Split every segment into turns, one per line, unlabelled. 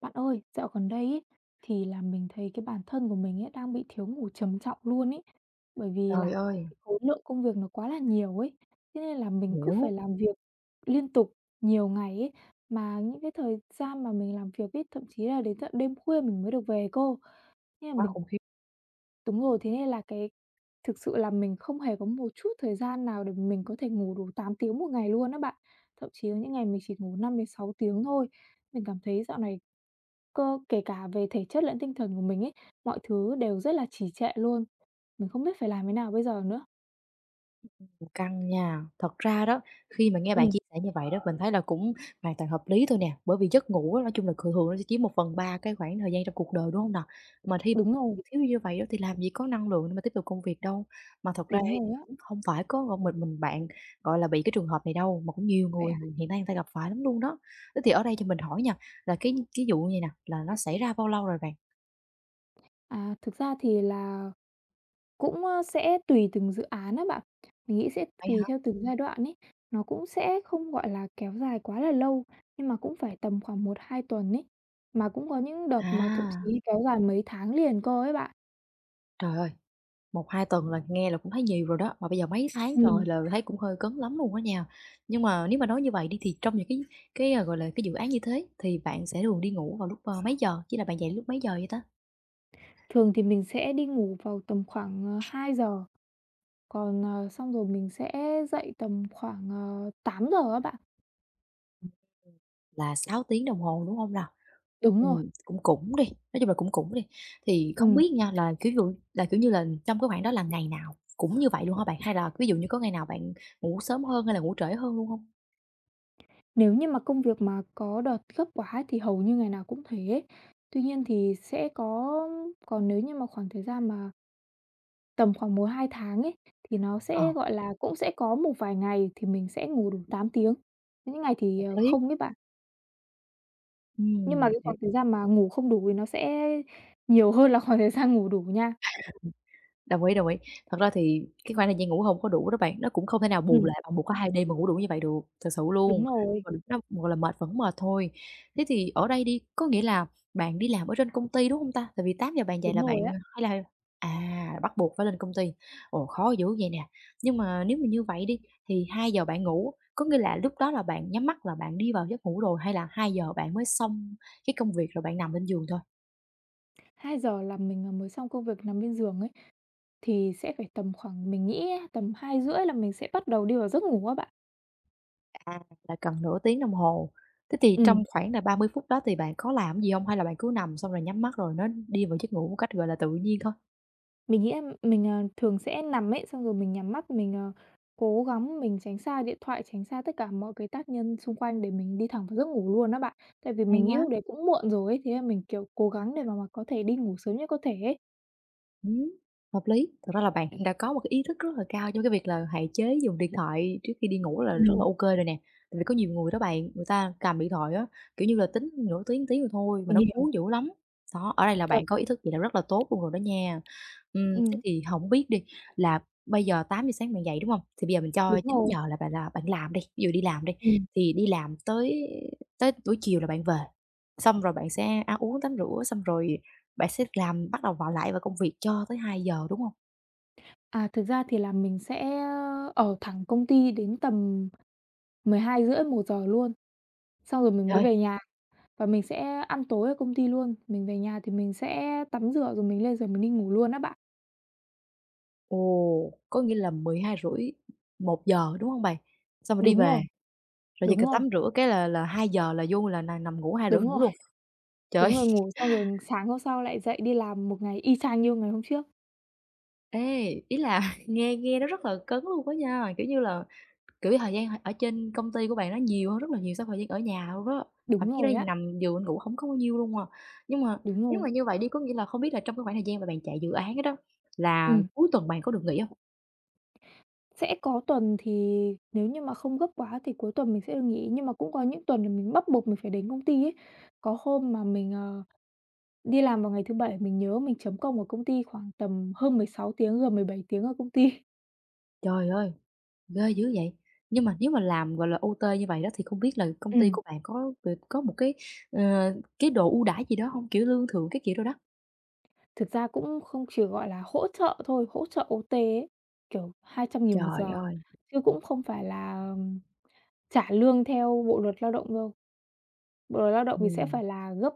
Bạn ơi, dạo gần đây ấy, thì là mình thấy cái bản thân của mình ấy đang bị thiếu ngủ trầm trọng luôn ấy. Bởi vì là
Trời ơi!
cái khối lượng công việc nó quá là nhiều ấy. Thế nên là mình cứ phải
Hiểu,
làm việc liên tục nhiều ngày ấy. Mà những cái thời gian mà mình làm việc ấy, thậm chí là đến tận đêm khuya mình mới được về cô. Nên là
quá
mình,
khủng khiếp,
đúng rồi, thế nên là thực sự là mình không hề có một chút thời gian nào để mình có thể ngủ đủ 8 tiếng một ngày luôn đó bạn. Thậm chí có những ngày mình chỉ ngủ 5 đến 6 tiếng thôi. Mình cảm thấy dạo này. Cơ kể cả về thể chất lẫn tinh thần của mình ấy, mọi thứ đều rất là trì trệ luôn. Mình không biết phải làm thế nào bây giờ nữa.
cũng căng nha. Thật ra đó, khi mà nghe bạn
Ừm,
chia sẻ như vậy đó, mình thấy là cũng hoàn toàn hợp lý thôi nè, bởi vì giấc ngủ á, nói chung là thường thường nó sẽ chiếm một phần ba cái khoảng thời gian trong cuộc đời, đúng không nào? Mà khi
đúng rồi,
bị thiếu như vậy đó thì làm gì có năng lượng để mà tiếp tục công việc đâu. Mà thật ra
đúng
ấy
rồi
thì
á.
cũng không phải có một mình bạn, gọi là, bị cái trường hợp này đâu, mà cũng nhiều
Vậy
người
hả?
hiện nay người ta gặp phải lắm luôn đó. Thế thì ở đây cho mình hỏi nha, là cái vụ này nè, là nó xảy ra bao lâu rồi bạn?
À, thực ra thì là cũng, sẽ tùy từng dự án á bạn. Mình nghĩ sẽ
Vậy
tùy
hả?
theo từng giai đoạn ấy, nó cũng sẽ không, gọi là, kéo dài quá là lâu, nhưng mà cũng phải tầm khoảng 1 2 tuần ấy. Mà cũng có những đợt mà thậm
À,
chí kéo dài mấy tháng liền cơ ấy bạn.
trời ơi! Một hai tuần là nghe là cũng thấy nhiều rồi đó, mà bây giờ mấy tháng
Ừm,
trời là thấy cũng hơi cấn lắm luôn á nha. Nhưng mà nếu mà nói như vậy đi thì trong những cái, gọi là, cái dự án như thế thì bạn sẽ thường đi ngủ vào lúc, mấy giờ? Chỉ là bạn dậy lúc mấy giờ vậy ta?
thường thì mình sẽ đi ngủ vào tầm khoảng, 2 giờ. Còn, xong rồi mình sẽ dậy tầm khoảng, 8 giờ á bạn.
Là 6 tiếng đồng hồ, đúng không nào?
Đúng rồi.
Cũng cũng đi, nói chung là cũng cũng đi. Thì không
ừm,
biết nha là, kiểu dụ, là, kiểu như là, trong cái khoảng đó là ngày nào cũng như vậy luôn hả bạn? Hay là ví dụ như có ngày nào bạn ngủ sớm hơn hay là ngủ trễ hơn luôn không?
Nếu như mà công việc mà có đợt gấp quá ấy thì hầu như ngày nào cũng thế ấy. Tuy nhiên thì sẽ có, còn nếu như mà khoảng thời gian mà tầm khoảng 1 2 tháng ấy, thì nó
Ờ,
sẽ, gọi là, cũng sẽ có một vài ngày thì mình sẽ ngủ đủ 8 tiếng, có những ngày thì,
hợp lý.
không ấy bạn.
Ừ,
Nhưng mà cái khoảng
hiểu.
thời gian mà ngủ không đủ thì nó sẽ nhiều hơn là khoảng thời gian ngủ đủ nha.
Đồng ý, đồng ý. Thật ra thì cái khoảng thời gian ngủ hông có đủ đó bạn, nó cũng không thể nào bù
Ừm,
lại bằng một cái 2 đêm mà ngủ đủ như vậy được, thật sự
đúng
luôn.
rồi,
Mình nó, gọi là, mệt vẫn mệt thôi. Thế thì ở đây đi, có nghĩa là bạn đi làm ở trên công ty, đúng hông ta? Tại vì tám giờ bạn dậy
đúng
là bạn
rồi á.
hay là bắt buộc phải lên công ty. Ồ, khó dữ vậy nè. Nhưng mà nếu mà như vậy đi, thì hai giờ bạn ngủ, có nghĩa là lúc đó là bạn nhắm mắt là bạn đi vào giấc ngủ rồi hay là hai giờ bạn mới xong cái công việc rồi bạn nằm lên giường thôi?
2 giờ là mình, mới xong công việc nằm bên giường ấy, thì sẽ phải tầm khoảng mình nghĩ á, tầm 2 rưỡi là mình sẽ bắt đầu đi vào giấc ngủ á bạn.
À, là cần nửa tiếng đồng hồ. Thế thì
Ừ,
trong khoảng là 30 phút đó thì bạn có làm gì không? Hay là bạn cứ nằm xong rồi nhắm mắt rồi nó đi vào giấc ngủ một cách, gọi là, tự nhiên thôi?
mình nghĩ là mình, thường sẽ nằm ấy, xong rồi mình nhắm mắt mình, cố gắng mình tránh xa điện thoại, tránh xa tất cả mọi cái tác nhân xung quanh để mình đi thẳng vào giấc ngủ luôn đó bạn. Tại vì
Hay
mình nghĩ
quá!
lúc đấy cũng muộn rồi ấy, thế là mình, kiểu, cố gắng để mà có thể đi ngủ sớm nhất có thể ấy.
Ừm, hợp lý. Thật ra là bạn đã có một cái ý thức rất là cao trong cái việc là hạn chế dùng điện thoại trước khi đi ngủ là rất là
Ừm,
ok rồi nè. Tại vì có nhiều người đó bạn, người ta cầm điện thoại á, kiểu như là, tính nửa tiếng, tiếng rồi thôi mà
Mình
nó
hiểu.
cuốn dữ lắm. Đó, ở đây là
Cập.
bạn có ý thức gì là rất là tốt luôn rồi đó nha.
Ừm,
Thế thì không biết đi là bây giờ 8 giờ sáng bạn dậy, đúng không? Thì bây giờ mình
đúng
cho chín
rồi.
giờ là bạn làm đi, ví dụ đi làm đi,
Ừm,
thì đi làm tới tới buổi chiều là bạn về, xong rồi bạn sẽ ăn uống tắm rửa, xong rồi bạn sẽ làm bắt đầu vào lại vào công việc cho tới hai giờ đúng hông?
thực ra thì là mình sẽ ở thẳng công ty đến tầm 12 rưỡi 1 giờ luôn, xong rồi mình mới
Trời!
về nhà và mình sẽ ăn tối ở công ty luôn. Mình về nhà thì mình sẽ tắm rửa rồi mình lên giường mình đi ngủ luôn á bạn.
Ồ, có nghĩa là 12 rưỡi một giờ đúng hông bạn? Xong rồi đi
Đúng
về,
rồi,
rồi chỉ
đúng
cần
rồi,
tắm rửa cái là hai giờ là vô là nằm nằm ngủ, hai rưỡi
đúng
ngủ
rồi,
luôn. Trời!
đúng rồi, ngủ xong rồi sáng hôm sau lại dậy đi làm một ngày y chang như ngày hôm trước.
Ê, ý là nghe nghe nó rất là cấn luôn á nha, kiểu như là, kiểu, thời gian ở trên công ty của bạn nó nhiều hơn rất là nhiều so thời gian ở nhà luôn đó, thậm
Đúng
chí
rồi
đây
á,
nằm giường ngủ hổng có bao nhiêu luôn à. Nhưng mà
đúng
nếu
rồi.
mà như vậy đi, có nghĩa là không biết là trong cái khoảng thời gian mà bạn chạy dự án đó đó, là
Ừm,
cuối tuần bạn có được nghỉ hông?
sẽ có tuần thì nếu như mà không gấp quá thì cuối tuần mình sẽ được nghỉ, nhưng mà cũng có những tuần là mình bắt buộc mình phải đến công ty ấy. Có hôm mà mình, đi làm vào ngày thứ Bảy, mình nhớ mình chấm công ở công ty khoảng tầm hơn 16 tiếng, gần 17 tiếng ở công ty.
Trời ơi! Ghê dữ vậy! Nhưng mà nếu mà làm, gọi là, ô tê như vậy đó thì không biết là công ty
Ừm,
của bạn có một cái, ờ, chế độ ưu đãi gì đó không? Kiểu, lương thưởng cái kiểu đồ đó?
thực ra cũng không chỉ, gọi là, hỗ trợ thôi, hỗ trợ OT ấy, kiểu, 200 nghìn một
Trời
giờ,
ơi!
chứ cũng không phải là, trả lương theo Bộ luật Lao động đâu. Bộ luật Lao động thì sẽ
Ừm,
phải là gấp,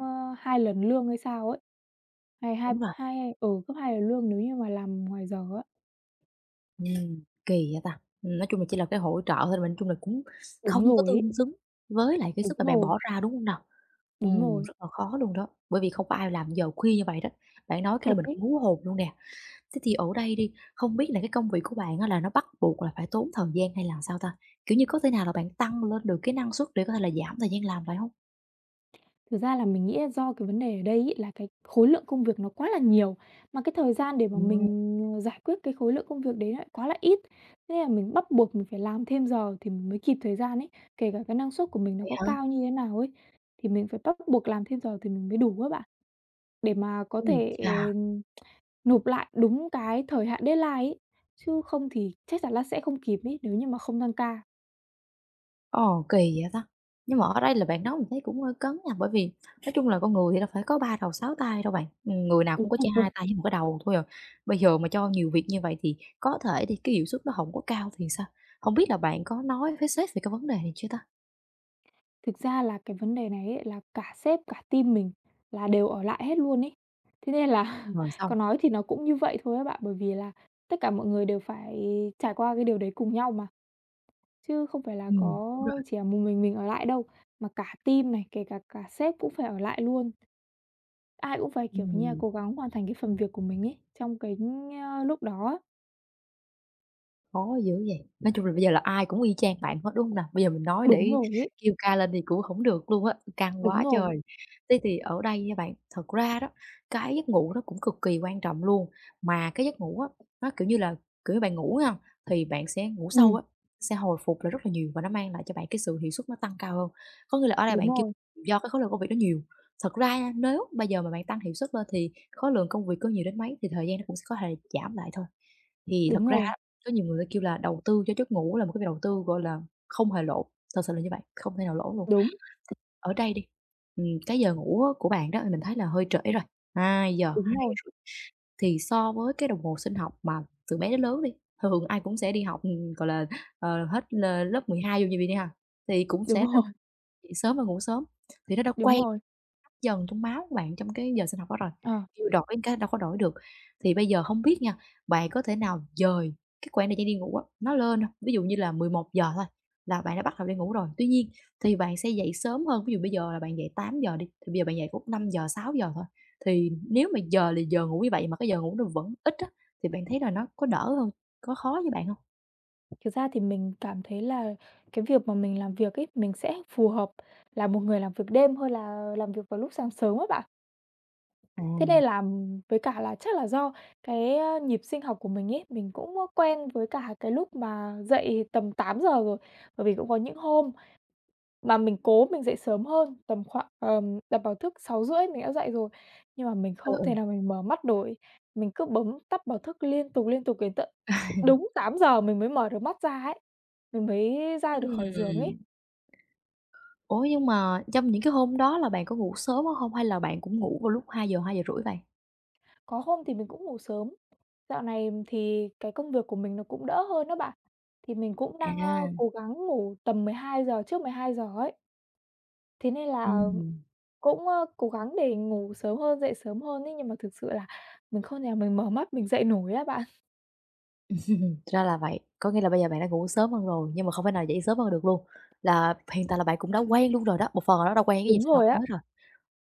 2 lần lương hay sao ấy, hay hai
đúng rồi,
hai ừ, gấp 2 lần lương nếu như mà làm ngoài giờ á.
kỳ vậy ta! Nói chung là chỉ là cái hỗ trợ thôi mà nói chung là cũng
Đúng
không có
rồi ấy,
tương xứng với lại cái
đúng
sức mà bạn
rồi,
bỏ ra, đúng không nào?
đúng rồi,
Rất là khó luôn đó, bởi vì không có ai làm giờ khuya như vậy đó. Bạn nói cái
thật
là mình
ấy.
cũng hú hồn luôn nè. Thế thì ở đây đi, không biết là cái công việc của bạn á là nó bắt buộc là phải tốn thời gian hay là sao ta? Kiểu như, có thể nào là bạn tăng lên được cái năng suất để có thể là giảm thời gian làm lại không?
Thực ra là mình nghĩ là do cái vấn đề ở đây ấy là cái khối lượng công việc nó quá là nhiều, mà cái thời gian để mà
Ừm,
mình, giải quyết cái khối lượng công việc đấy lại quá là ít. Thế nên là mình bắt buộc mình phải làm thêm giờ thì mình mới kịp thời gian ấy, kể cả cái năng suất của mình nó
vậy
có
hả?
cao như thế nào ấy, thì mình phải bắt buộc làm thêm giờ thì mình mới đủ á bạn, để mà có
Ôi
thể
chà!
nộp lại đúng cái thời hạn deadline ấy, chứ không thì chắc chắn là sẽ không kịp ấy, nếu như mà không tăng
Ồ, kỳ vậy ta! Nhưng mà ở đây là bạn nói mình thấy cũng hơi cấn nha, bởi vì nói chung là con người thì đâu phải có 3 đầu 6 tay đâu bạn, người nào cũng có chỉ 2
ca.
tay với một cái đầu thôi à. Bây giờ mà cho nhiều việc như vậy thì có thể thì cái hiệu suất nó không có cao thì sao? Không biết là bạn có nói với sếp về cái vấn đề này chưa ta?
Thực ra là cái vấn đề này ấy là cả sếp, cả team mình là đều ở lại hết luôn ấy. Thế nên là
Rồi
có
xong,
nói thì nó cũng như vậy thôi các bạn, bởi vì là tất cả mọi người đều phải trải qua cái điều đấy cùng nhau mà, chứ không phải là có
đúng rồi.
chỉ là một mình ở lại đâu, mà cả team này, kể cả cả sếp cũng phải ở lại luôn. Ai cũng phải, kiểu như là,
Ừm.
cố gắng hoàn thành cái phần việc của mình ấy, trong cái, lúc đó á.
Khó dữ vậy! Nói chung là bây giờ là ai cũng y chang bạn hết, đúng hông nào? Bây giờ mình nói
Đúng
để
rồi ấy,
kêu ca lên thì cũng hổng được luôn á, căng
đúng
quá
rồi,
trời. Thế thì ở đây nha bạn, thật ra đó, cái giấc ngủ nó cũng cực kỳ quan trọng luôn, mà cái giấc ngủ á, nó, kiểu như, bạn ngủ ha, thì bạn sẽ ngủ sâu
ừm,
á, sẽ hồi phục lại rất là nhiều và nó mang lại cho bạn cái sự hiệu suất nó tăng cao hơn. Có nghĩa là ở đây
đúng
bạn kêu
rồi,
do cái khối lượng công việc nó nhiều, thật ra nha, nếu bây giờ mà bạn tăng hiệu suất lên thì khối lượng công việc có nhiều đến mấy thì thời gian nó cũng sẽ có thể giảm lại thôi. Thì
đúng
thật ra
rồi,
có nhiều người kêu là đầu tư cho giấc ngủ là một cái đầu tư, gọi là, không hề lỗ, thật sự là như vậy, không thể nào lỗ luôn.
đúng,
Thì ở đây đi, cái giờ ngủ á của bạn đó mình thấy là hơi trễ rồi, 2:00,
đúng rồi,
2:30 thì so với cái đồng hồ sinh học mà từ bé đến lớn đi, thường ai cũng sẽ đi học, gọi là, hết lớp 12 vô như mình đi ha, thì cũng
đúng
sẽ là
rồi,
dậy sớm và ngủ sớm, thì nó đã
đúng
quen
rồi,
dần trong máu của bạn trong cái giờ sinh học đó rồi,
ờ.
kêu đổi cái đâu có đổi được. Thì bây giờ không biết nha, bạn có thể nào dời cái khoảng thời gian đi ngủ á, nó lên không? Ví dụ như là 11 giờ thôi là bạn đã bắt đầu đi ngủ rồi, tuy nhiên thì bạn sẽ dậy sớm hơn, ví dụ bây giờ là bạn dậy tám giờ đi, thì bây giờ bạn dậy cũng năm giờ sáu giờ thôi. Thì nếu mà giờ là giờ ngủ như vậy mà cái giờ ngủ nó vẫn ít á, thì bạn thấy là nó có đỡ hơn, có khó với bạn không?
Thực ra thì mình cảm thấy là cái việc mà mình làm việc ấy, mình sẽ phù hợp là một người làm việc đêm hơn là làm việc vào lúc sáng sớm á bạn.
À.
Thế nên là với cả là chắc là do cái, nhịp sinh học của mình ấy, mình cũng quen với cả cái lúc mà dậy tầm 8 giờ rồi. Bởi vì cũng có những hôm mà mình cố mình dậy sớm hơn, tầm khoảng, đặt báo thức 6 rưỡi mình đã dậy rồi, nhưng mà mình
Ừ,
không
ừ.
thể nào mình mở mắt nổi. Mình cứ bấm tắt báo thức liên tục đến tận đúng 8 giờ mình mới mở được mắt ra ấy, mình mới ra được khỏi giường ấy.
Ừm. Ủa, nhưng mà trong những cái hôm đó là bạn có ngủ sớm không hay là bạn cũng ngủ vào lúc hai hai giờ rưỡi vậy?
Có hôm thì mình cũng ngủ sớm. Dạo này thì cái công việc của mình nó cũng đỡ hơn đó bạn, thì mình cũng đang,
À,
cố gắng ngủ tầm 12 giờ trước 12 giờ ấy. Thế nên là
ừm.
cũng, cố gắng để ngủ sớm hơn, dậy sớm hơn ấy, nhưng mà thực sự là mình không thể nào mình mở mắt mình dậy nổi á bạn.
Ra là vậy, có nghĩa là bây giờ bạn đã ngủ sớm hơn rồi, nhưng mà không thể nào dậy sớm hơn được luôn, là hiện tại là bạn cũng đã quen luôn rồi đó, một phần là nó đã quen cái nhịp
Đúng
sinh học
rồi á.
mới rồi.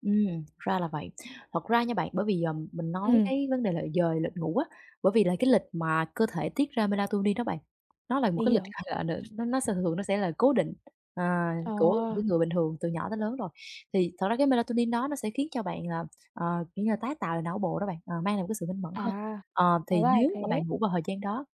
Ra là vậy. Thật ra nha bạn, bởi vì, mình nói
Ừm,
cái vấn đề là giờ, lịch ngủ á, bởi vì là cái lịch mà cơ thể tiết ra melatonin đó bạn, nó là một
mình
cái lịch,
hiểu.
gọi là, n nó sẽ thường nó sẽ là cố định,
Ờ,
của một cái người bình thường từ nhỏ tới lớn rồi. Thì thật ra cái melatonin đó nó sẽ khiến cho bạn là, kiểu như là, tái tạo lại não bộ đó bạn, mang lại một cái sự minh mẫn
à,
hơn. Ờ,
hóa
thì
ra là
nếu mà
thế.
bạn ngủ vào thời gian đó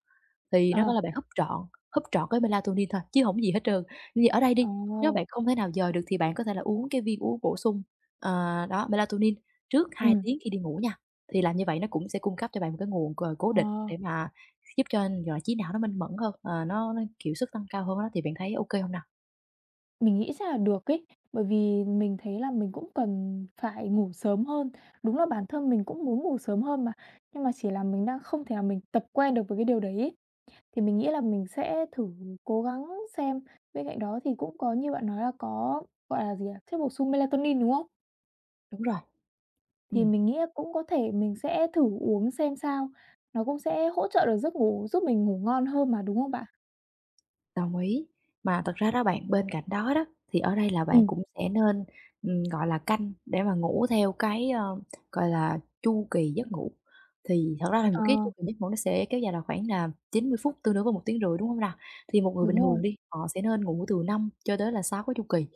thì nó
Ờ,
có là bạn húp trọn cái melatonin thôi, chứ hổng gì hết trơn. Như ở đây
ờ,
đi, nếu bạn không thể nào dời được thì bạn có thể là uống cái viên uống bổ sung, ờ, đó, melatonin trước hai
ừ,
tiếng khi đi ngủ nha. Thì làm như vậy nó cũng sẽ cung cấp cho bạn một cái nguồn cố
ờ,
định để mà giúp cho, gọi là, trí não nó minh mẫn hơn, nó, kiểu, sức tăng cao hơn á, thì bạn thấy ô kê hông nào?
mình nghĩ chắc là được ấy, bởi vì mình thấy là mình cũng cần phải ngủ sớm hơn. Đúng là bản thân mình cũng muốn ngủ sớm hơn mà, nhưng mà chỉ là mình đang không thể là mình tập quen được với cái điều đấy ấy. Thì mình nghĩ là mình sẽ thử cố gắng xem. Bên cạnh đó thì cũng có như bạn nói là có, gọi là gì ạ, chất bổ sung melatonin, đúng không?
Đúng rồi,
Thì
ừm.
mình nghĩ là cũng có thể mình sẽ thử uống xem sao, nó cũng sẽ hỗ trợ được giấc ngủ, giúp mình ngủ ngon hơn mà, đúng không bạn?
Đồng ý. Mà thật ra đó bạn, bên cạnh đó đó, thì ở đây là bạn
Ừm.
cũng sẽ nên, gọi là, canh để mà ngủ theo cái, gọi là, chu kỳ giấc ngủ. Thì thật ra là một
Ờ,
cái chu kỳ giấc ngủ nó sẽ kéo dài là khoảng là 90 phút, tương đương với một tiếng, rưỡi đúng không nào? Thì một người bình
đúng rồi,
thường đi, họ sẽ nên ngủ từ 5 cho tới là 6 cái chu kỳ,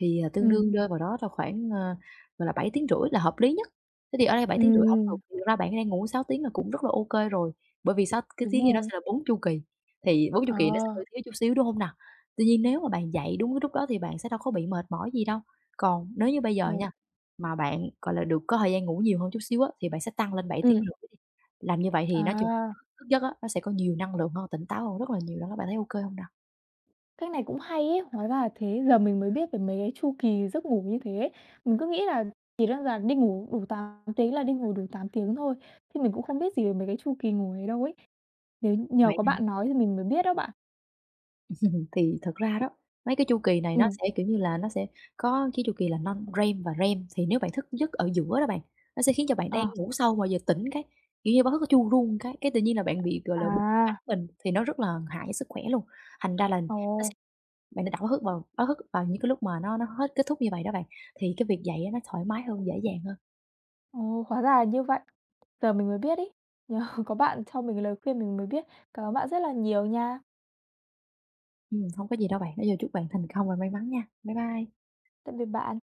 thì, tương
ừm,
đương rơi vào đó là khoảng, gọi là, 7 tiếng rưỡi là hợp lý nhất. Thế thì ở đây bảy tiếng hổng được,
ừm,
thì thực ra bạn đang ngủ 6 tiếng là cũng rất là ok rồi, bởi vì sao cái
đúng
tiếng gì nó sẽ
rồi,
là 4 chu kỳ. Thì 40
ờ,
kỳ nó sẽ hơi thiếu chút xíu, đúng hông nào? Tuy nhiên nếu mà bạn dạy đúng cái lúc đó thì bạn sẽ đâu có bị mệt mỏi gì đâu. Còn nếu như bây
ừ,
giờ nha, mà bạn, gọi là, được có thời gian ngủ nhiều hơn chút xíu á, thì bạn sẽ tăng lên bảy tiếng
ừm,
rưỡi đi. Làm như vậy thì nói chung
à.
thức giấc á, nó sẽ có nhiều năng lượng hơn, tỉnh táo hơn rất là nhiều đó. Bạn thấy ô kê hông nào?
Cách này cũng hay ấy, hóa ra là thế, giờ mình mới biết về mấy cái chu kỳ giấc ngủ như thế ấy. Mình cứ nghĩ là chỉ đơn giản đi ngủ đủ 8 tiếng là đi ngủ đủ 8 tiếng thôi, chứ mình cũng không biết gì về mấy cái chu kỳ ngủ ấy đâu ấy. Nếu nhờ có
Vậy
bạn nói thì mình mới biết đó bạn.
thì thật ra đó, mấy cái chu kỳ này
Ừ,
nó sẽ, kiểu như là, nó sẽ có cái chu kỳ là non-REM và REM, thì nếu bạn thức giấc ở giữa đó bạn, nó sẽ khiến cho bạn đang
ờ,
ngủ sâu mà giờ tỉnh cái, kiểu như, báo thức nó chuông rung cái tự nhiên là bạn bị, gọi là, bứt bắn
à,
mình, thì nó rất là hại sức khỏe luôn. Thành ra là
ồ,
nó sẽ bạn đã báo thức vào những cái lúc mà nó hết kết thúc như vậy đó bạn, thì cái việc dậy á nó thoải mái hơn, dễ dàng hơn.
ồ, hóa ra là như vậy. Giờ mình mới biết ấy, nhờ có bạn cho mình lời khuyên mình mới biết. Cảm ơn bạn rất là nhiều nha.
Hông có gì đâu bạn, nói chung chúc bạn thành công và may mắn nha. Bye bye.
Tạm biệt bạn.